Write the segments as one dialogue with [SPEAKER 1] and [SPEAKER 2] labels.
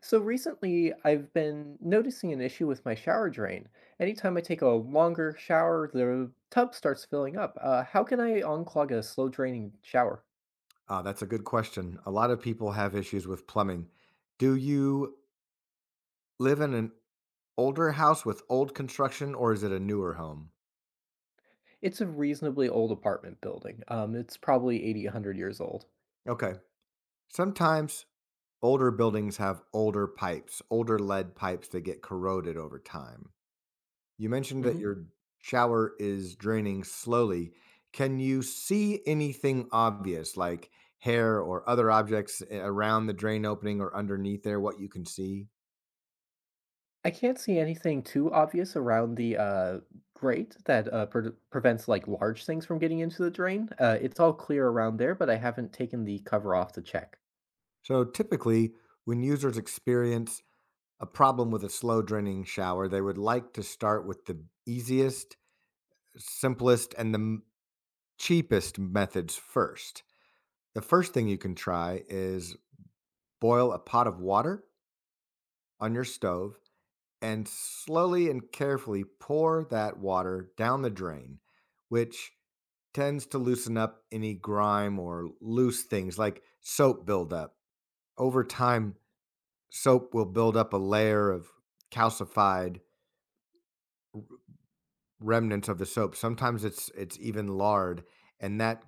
[SPEAKER 1] So recently, I've been noticing an issue with my shower drain. Anytime I take a longer shower, the tub starts filling up. How can I unclog a slow draining shower?
[SPEAKER 2] Ah, that's a good question. A lot of people have issues with plumbing. Do you live in an older house with old construction, or is it a newer home?
[SPEAKER 1] It's a reasonably old apartment building. It's probably 80, 100 years old.
[SPEAKER 2] Okay. Sometimes older buildings have older pipes, older lead pipes that get corroded over time. You mentioned that
[SPEAKER 1] hmm
[SPEAKER 2] your shower is draining slowly. Can you see anything obvious like hair or other objects around the drain opening or underneath there, what you can see?
[SPEAKER 1] I can't see anything too obvious around the grate that prevents like large things from getting into the drain. It's all clear around there, but I haven't taken the cover off to check.
[SPEAKER 2] So typically, when users experience a problem with a slow draining shower, they would like to start with the easiest, simplest, and the cheapest methods first. The first thing you can try is boil a pot of water on your stove and slowly and carefully pour that water down the drain, which tends to loosen up any grime or loose things like soap buildup. Over time, soap will build up a layer of calcified remnants of the soap. Sometimes it's even lard, and that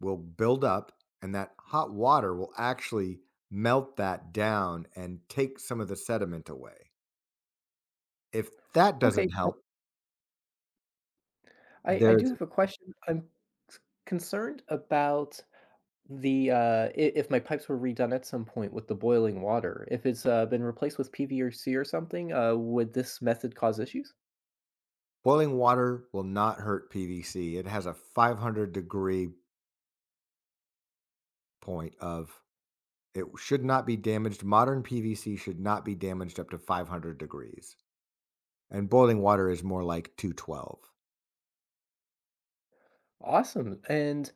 [SPEAKER 2] will build up and that hot water will actually melt that down and take some of the sediment away. If that
[SPEAKER 1] Okay,
[SPEAKER 2] doesn't help.
[SPEAKER 1] I do
[SPEAKER 2] There's
[SPEAKER 1] have a question. I'm c- concerned about the if my pipes were redone at some point with the boiling water. If it's been replaced with PVC or C or something, would this method cause issues?
[SPEAKER 2] Boiling water will not hurt PVC. It has a 500-degree point of. It should not be damaged. Modern PVC should not be damaged up to 500 degrees. And boiling water is more like 212.
[SPEAKER 1] Awesome. And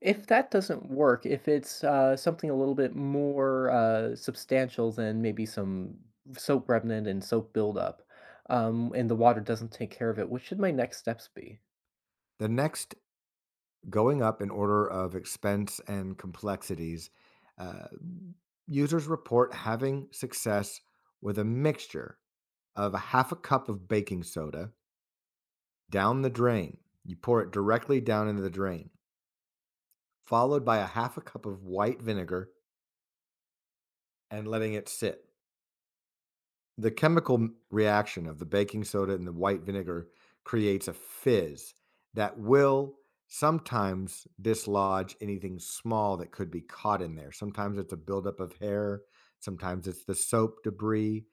[SPEAKER 1] if that doesn't work, if it's something a little bit more substantial than maybe some soap remnant and soap buildup, and the water doesn't take care of it, what should my next steps be?
[SPEAKER 2] The next Going up in order of expense and complexities, uh, users report having success with a mixture of a half a cup of baking soda down the drain. You pour it directly down into the drain, followed by a half a cup of white vinegar and letting it sit. The chemical reaction of the baking soda and the white vinegar creates a fizz that will sometimes dislodge anything small that could be caught in there. Sometimes it's a buildup of hair, sometimes it's the soap debris,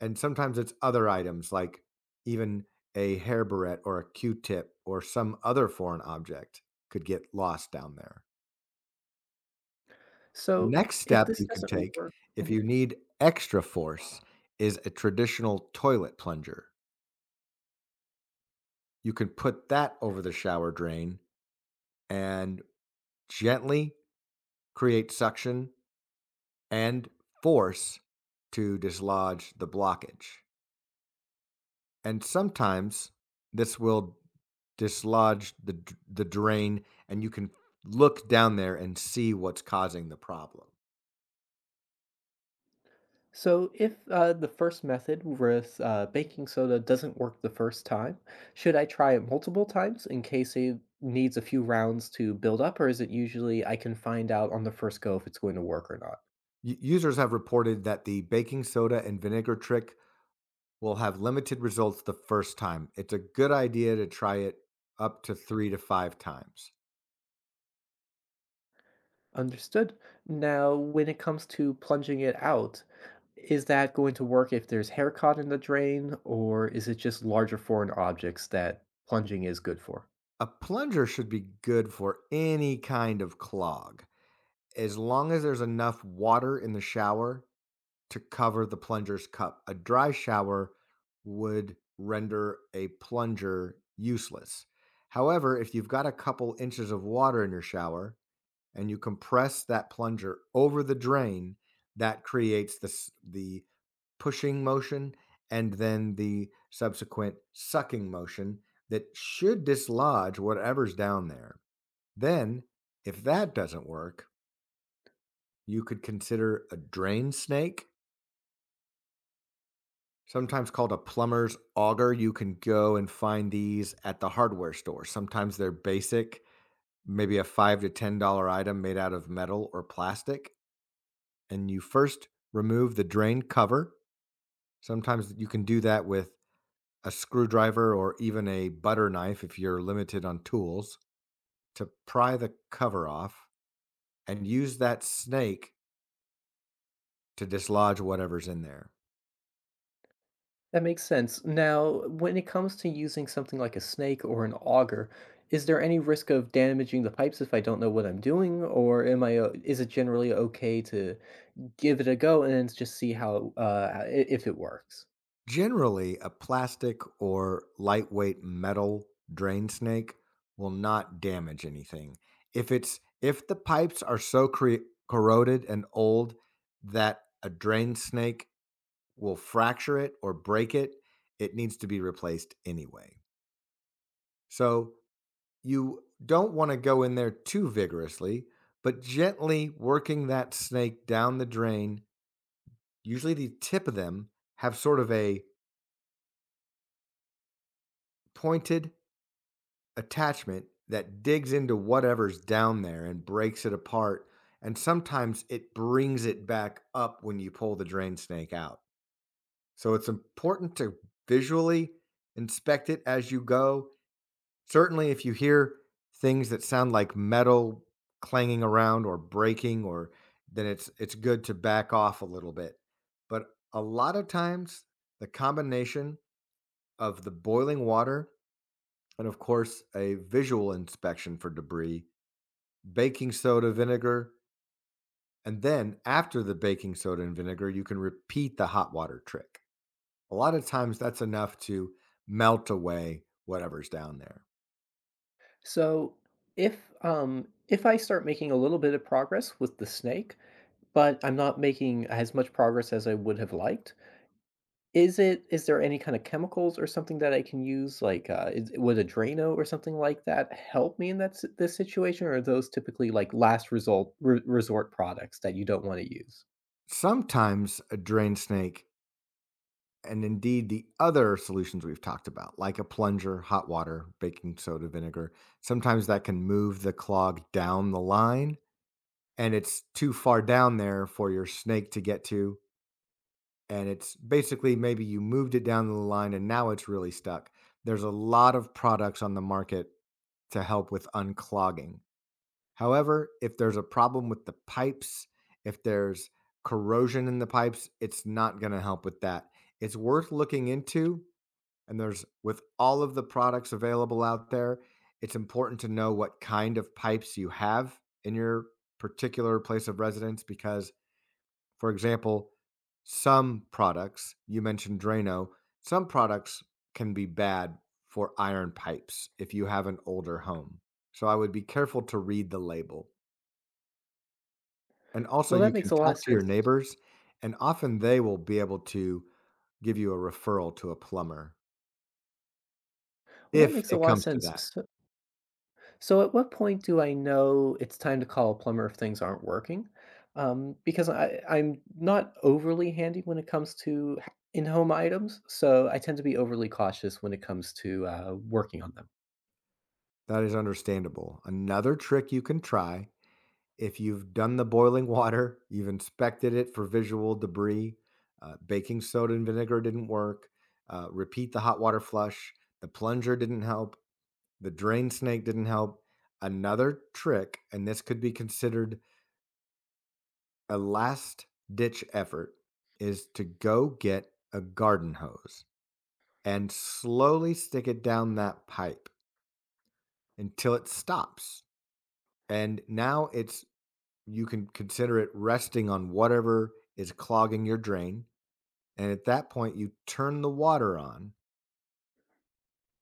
[SPEAKER 2] and sometimes it's other items like even a hair barrette or a q tip or some other foreign object could get lost down there. The
[SPEAKER 1] So
[SPEAKER 2] next
[SPEAKER 1] if
[SPEAKER 2] step
[SPEAKER 1] this
[SPEAKER 2] you can
[SPEAKER 1] doesn't
[SPEAKER 2] take
[SPEAKER 1] work,
[SPEAKER 2] if
[SPEAKER 1] mm-hmm.
[SPEAKER 2] you need extra force is a traditional toilet plunger. You can put that over the shower drain and gently create suction and force to dislodge the blockage. And sometimes this will dislodge the drain, and you can look down there and see what's causing the problem.
[SPEAKER 1] So, if the first method with baking soda doesn't work the first time, should I try it multiple times in case it needs a few rounds to build up, or is it usually I can find out on the first go if it's going to work or not?
[SPEAKER 2] Users have reported that the baking soda and vinegar trick will have limited results the first time. It's a good idea to try it up to 3 to 5 times.
[SPEAKER 1] Understood. Now, when it comes to plunging it out, is that going to work if there's hair caught in the drain, or is it just larger foreign objects that plunging is good for?
[SPEAKER 2] A plunger should be good for any kind of clog, as long as there's enough water in the shower to cover the plunger's cup. A dry shower would render a plunger useless. However, if you've got a couple inches of water in your shower and you compress that plunger over the drain, that creates the pushing motion and then the subsequent sucking motion that should dislodge whatever's down there. Then, if that doesn't work, you could consider a drain snake, sometimes called a plumber's auger. You can go and find these at the hardware store. Sometimes they're basic, maybe a $5 to $10 item made out of metal or plastic. And you first remove the drain cover. Sometimes you can do that with a screwdriver or even a butter knife if you're limited on tools to pry the cover off and use that snake to dislodge whatever's in there.
[SPEAKER 1] That makes sense. Now, when it comes to using something like a snake or an auger, is there any risk of damaging the pipes if I don't know what I'm doing, or am I? O- Is it generally okay to give it a go and then just see how if it works?
[SPEAKER 2] Generally, a plastic or lightweight metal drain snake will not damage anything. If it's if the pipes are so corroded and old that a drain snake will fracture it or break it, it needs to be replaced anyway. So, you don't want to go in there too vigorously, but gently working that snake down the drain. Usually, the tip of them have sort of a pointed attachment that digs into whatever's down there and breaks it apart. And sometimes it brings it back up when you pull the drain snake out. So, it's important to visually inspect it as you go. Certainly, if you hear things that sound like metal clanging around or breaking or, then it's good to back off a little bit. But a lot of times, the combination of the boiling water and, of course, a visual inspection for debris, baking soda, vinegar, and then after the baking soda and vinegar, you can repeat the hot water trick. A lot of times that's enough to melt away whatever's down there.
[SPEAKER 1] So, if I start making a little bit of progress with the snake, but I'm not making as much progress as I would have liked, is there any kind of chemicals or something that I can use? Like, is would a Drano or something like that help me in that si this situation, or are those typically, like, last result re resort products that you don't wanna use?
[SPEAKER 2] Sometimes a drain snake, and indeed the other solutions we've talked about, like a plunger, hot water, baking soda, vinegar, sometimes that can move the clog down the line, and it's too far down there for your snake to get to. And it's basically, maybe you moved it down the line and now it's really stuck. There's a lot of products on the market to help with unclogging. However, if there's a problem with the pipes, if there's corrosion in the pipes, it's not going to help with that. It's worth looking into, and there's, with all of the products available out there, it's important to know what kind of pipes you have in your particular place of residence because, for example, some products, you mentioned Drano, some products can be bad for iron pipes if you have an older home. So I would be careful to read the label. And also,
[SPEAKER 1] Well,
[SPEAKER 2] you
[SPEAKER 1] that
[SPEAKER 2] can
[SPEAKER 1] makes a lot of
[SPEAKER 2] talk to your
[SPEAKER 1] sense.
[SPEAKER 2] neighbors, and often they will be able to give you a referral to a plumber
[SPEAKER 1] Well, that
[SPEAKER 2] if
[SPEAKER 1] makes a
[SPEAKER 2] it
[SPEAKER 1] lot of
[SPEAKER 2] comes to
[SPEAKER 1] sense.
[SPEAKER 2] that.
[SPEAKER 1] So at what point do I know it's time to call a plumber if things aren't working? Because I'm not overly handy when it comes to h in-home items, so I tend to be overly cautious when it comes to, working on them.
[SPEAKER 2] That is understandable. Another trick you can try, if you've done the boiling water, you've inspected it for visual debris, baking soda and vinegar didn't work, repeat the hot water flush, the plunger didn't help, the drain snake didn't help. Another trick, and this could be considered a last ditch effort, is to go get a garden hose and slowly stick it down that pipe until it stops. And now it's you can consider it resting on whatever is clogging your drain. And at that point, you turn the water on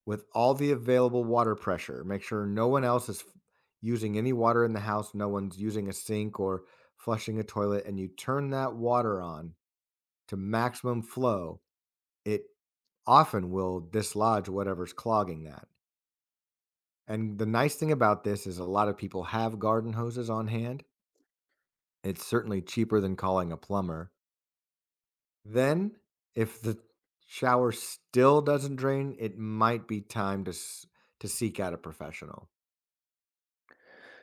[SPEAKER 2] with all the available water pressure. Make sure no one else is using any water in the house, no one's using a sink or flushing a toilet, and you turn that water on to maximum flow. It often will dislodge whatever's clogging that. And the nice thing about this is a lot of people have garden hoses on hand. It's certainly cheaper than calling a plumber. Then, if the shower still doesn't drain, it might be time to seek out a professional.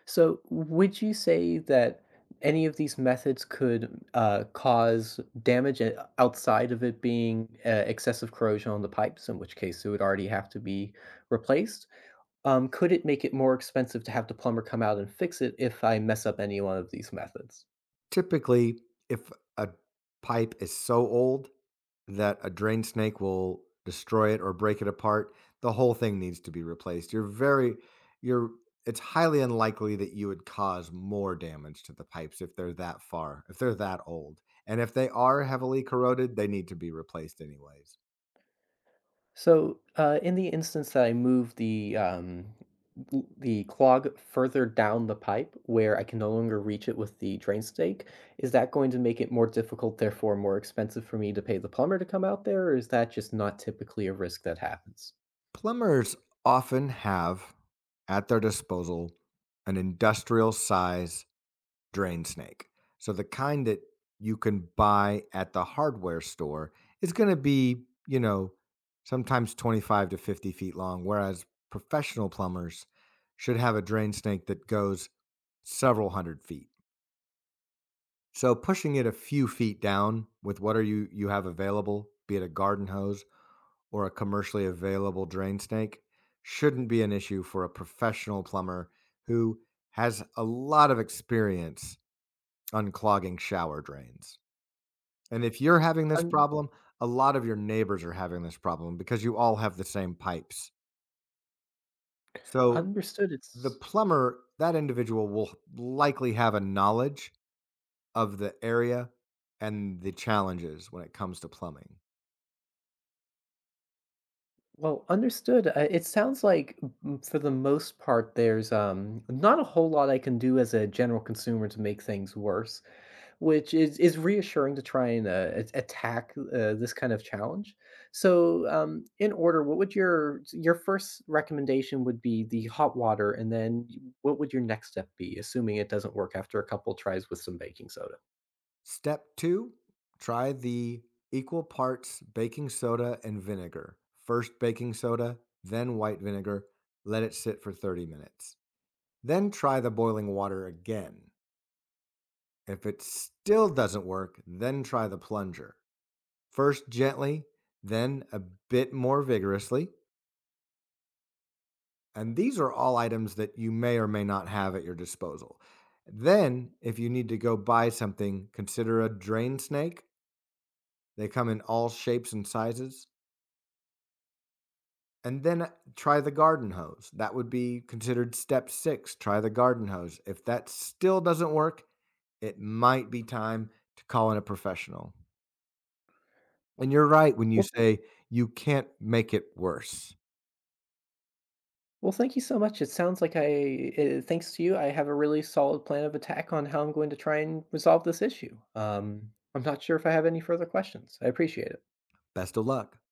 [SPEAKER 1] So, would you say that any of these methods could cause damage outside of it being excessive corrosion on the pipes, in which case it would already have to be replaced? Could it make it more expensive to have the plumber come out and fix it if I mess up any one of these methods?
[SPEAKER 2] Typically, if a pipe is so old that a drain snake will destroy it or break it apart, the whole thing needs to be replaced. You're very you're it's highly unlikely that you would cause more damage to the pipes if they're that far, if they're that old. And if they are heavily corroded, they need to be replaced anyways.
[SPEAKER 1] So, in the instance that I move the the clog further down the pipe where I can no longer reach it with the drain stake, is that going to make it more difficult, therefore more expensive for me to pay the plumber to come out there, or is that just not typically a risk that happens?
[SPEAKER 2] Plumbers often have at their disposal an industrial size drain snake. So the kind that you can buy at the hardware store is going to be, you know, sometimes 25 to 50 feet long, whereas professional plumbers should have a drain snake that goes several hundred feet. So pushing it a few feet down with what are you you have available, be it a garden hose or a commercially available drain snake, shouldn't be an issue for a professional plumber who has a lot of experience unclogging shower drains. And if you're having this
[SPEAKER 1] Un-
[SPEAKER 2] problem, a lot of your neighbors are having this problem because you all have the same pipes. So
[SPEAKER 1] Understood.
[SPEAKER 2] the
[SPEAKER 1] It's
[SPEAKER 2] plumber, that individual will likely have a knowledge of the area and the challenges when it comes to plumbing.
[SPEAKER 1] well understood. It sounds like for the most part, there's not a whole lot I can do as a general consumer to make things worse, which is reassuring to try and attack this kind of challenge. So, in order, what would your first recommendation would be the hot water, and then what would your next step be, assuming it doesn't work after a couple tries with some baking soda?
[SPEAKER 2] Step two, try the equal parts baking soda and vinegar. First baking soda, then white vinegar. Let it sit for 30 minutes. Then try the boiling water again. If it still doesn't work, then try the plunger. First gently, then a bit more vigorously. And these are all items that you may or may not have at your disposal. Then, if you need to go buy something, consider a drain snake. They come in all shapes and sizes, and then try the garden hose. That would be considered step six. Try the garden hose. If that still doesn't work, it might be time to call in a professional. And you're right when you
[SPEAKER 1] Well, thank
[SPEAKER 2] say
[SPEAKER 1] you.
[SPEAKER 2] you can't make it worse.
[SPEAKER 1] Well, thank you so much. It sounds like thanks to you, I have a really solid plan of attack on how I'm going to try and resolve this issue. I'm not sure if I have any further questions. I appreciate it.
[SPEAKER 2] Best of luck.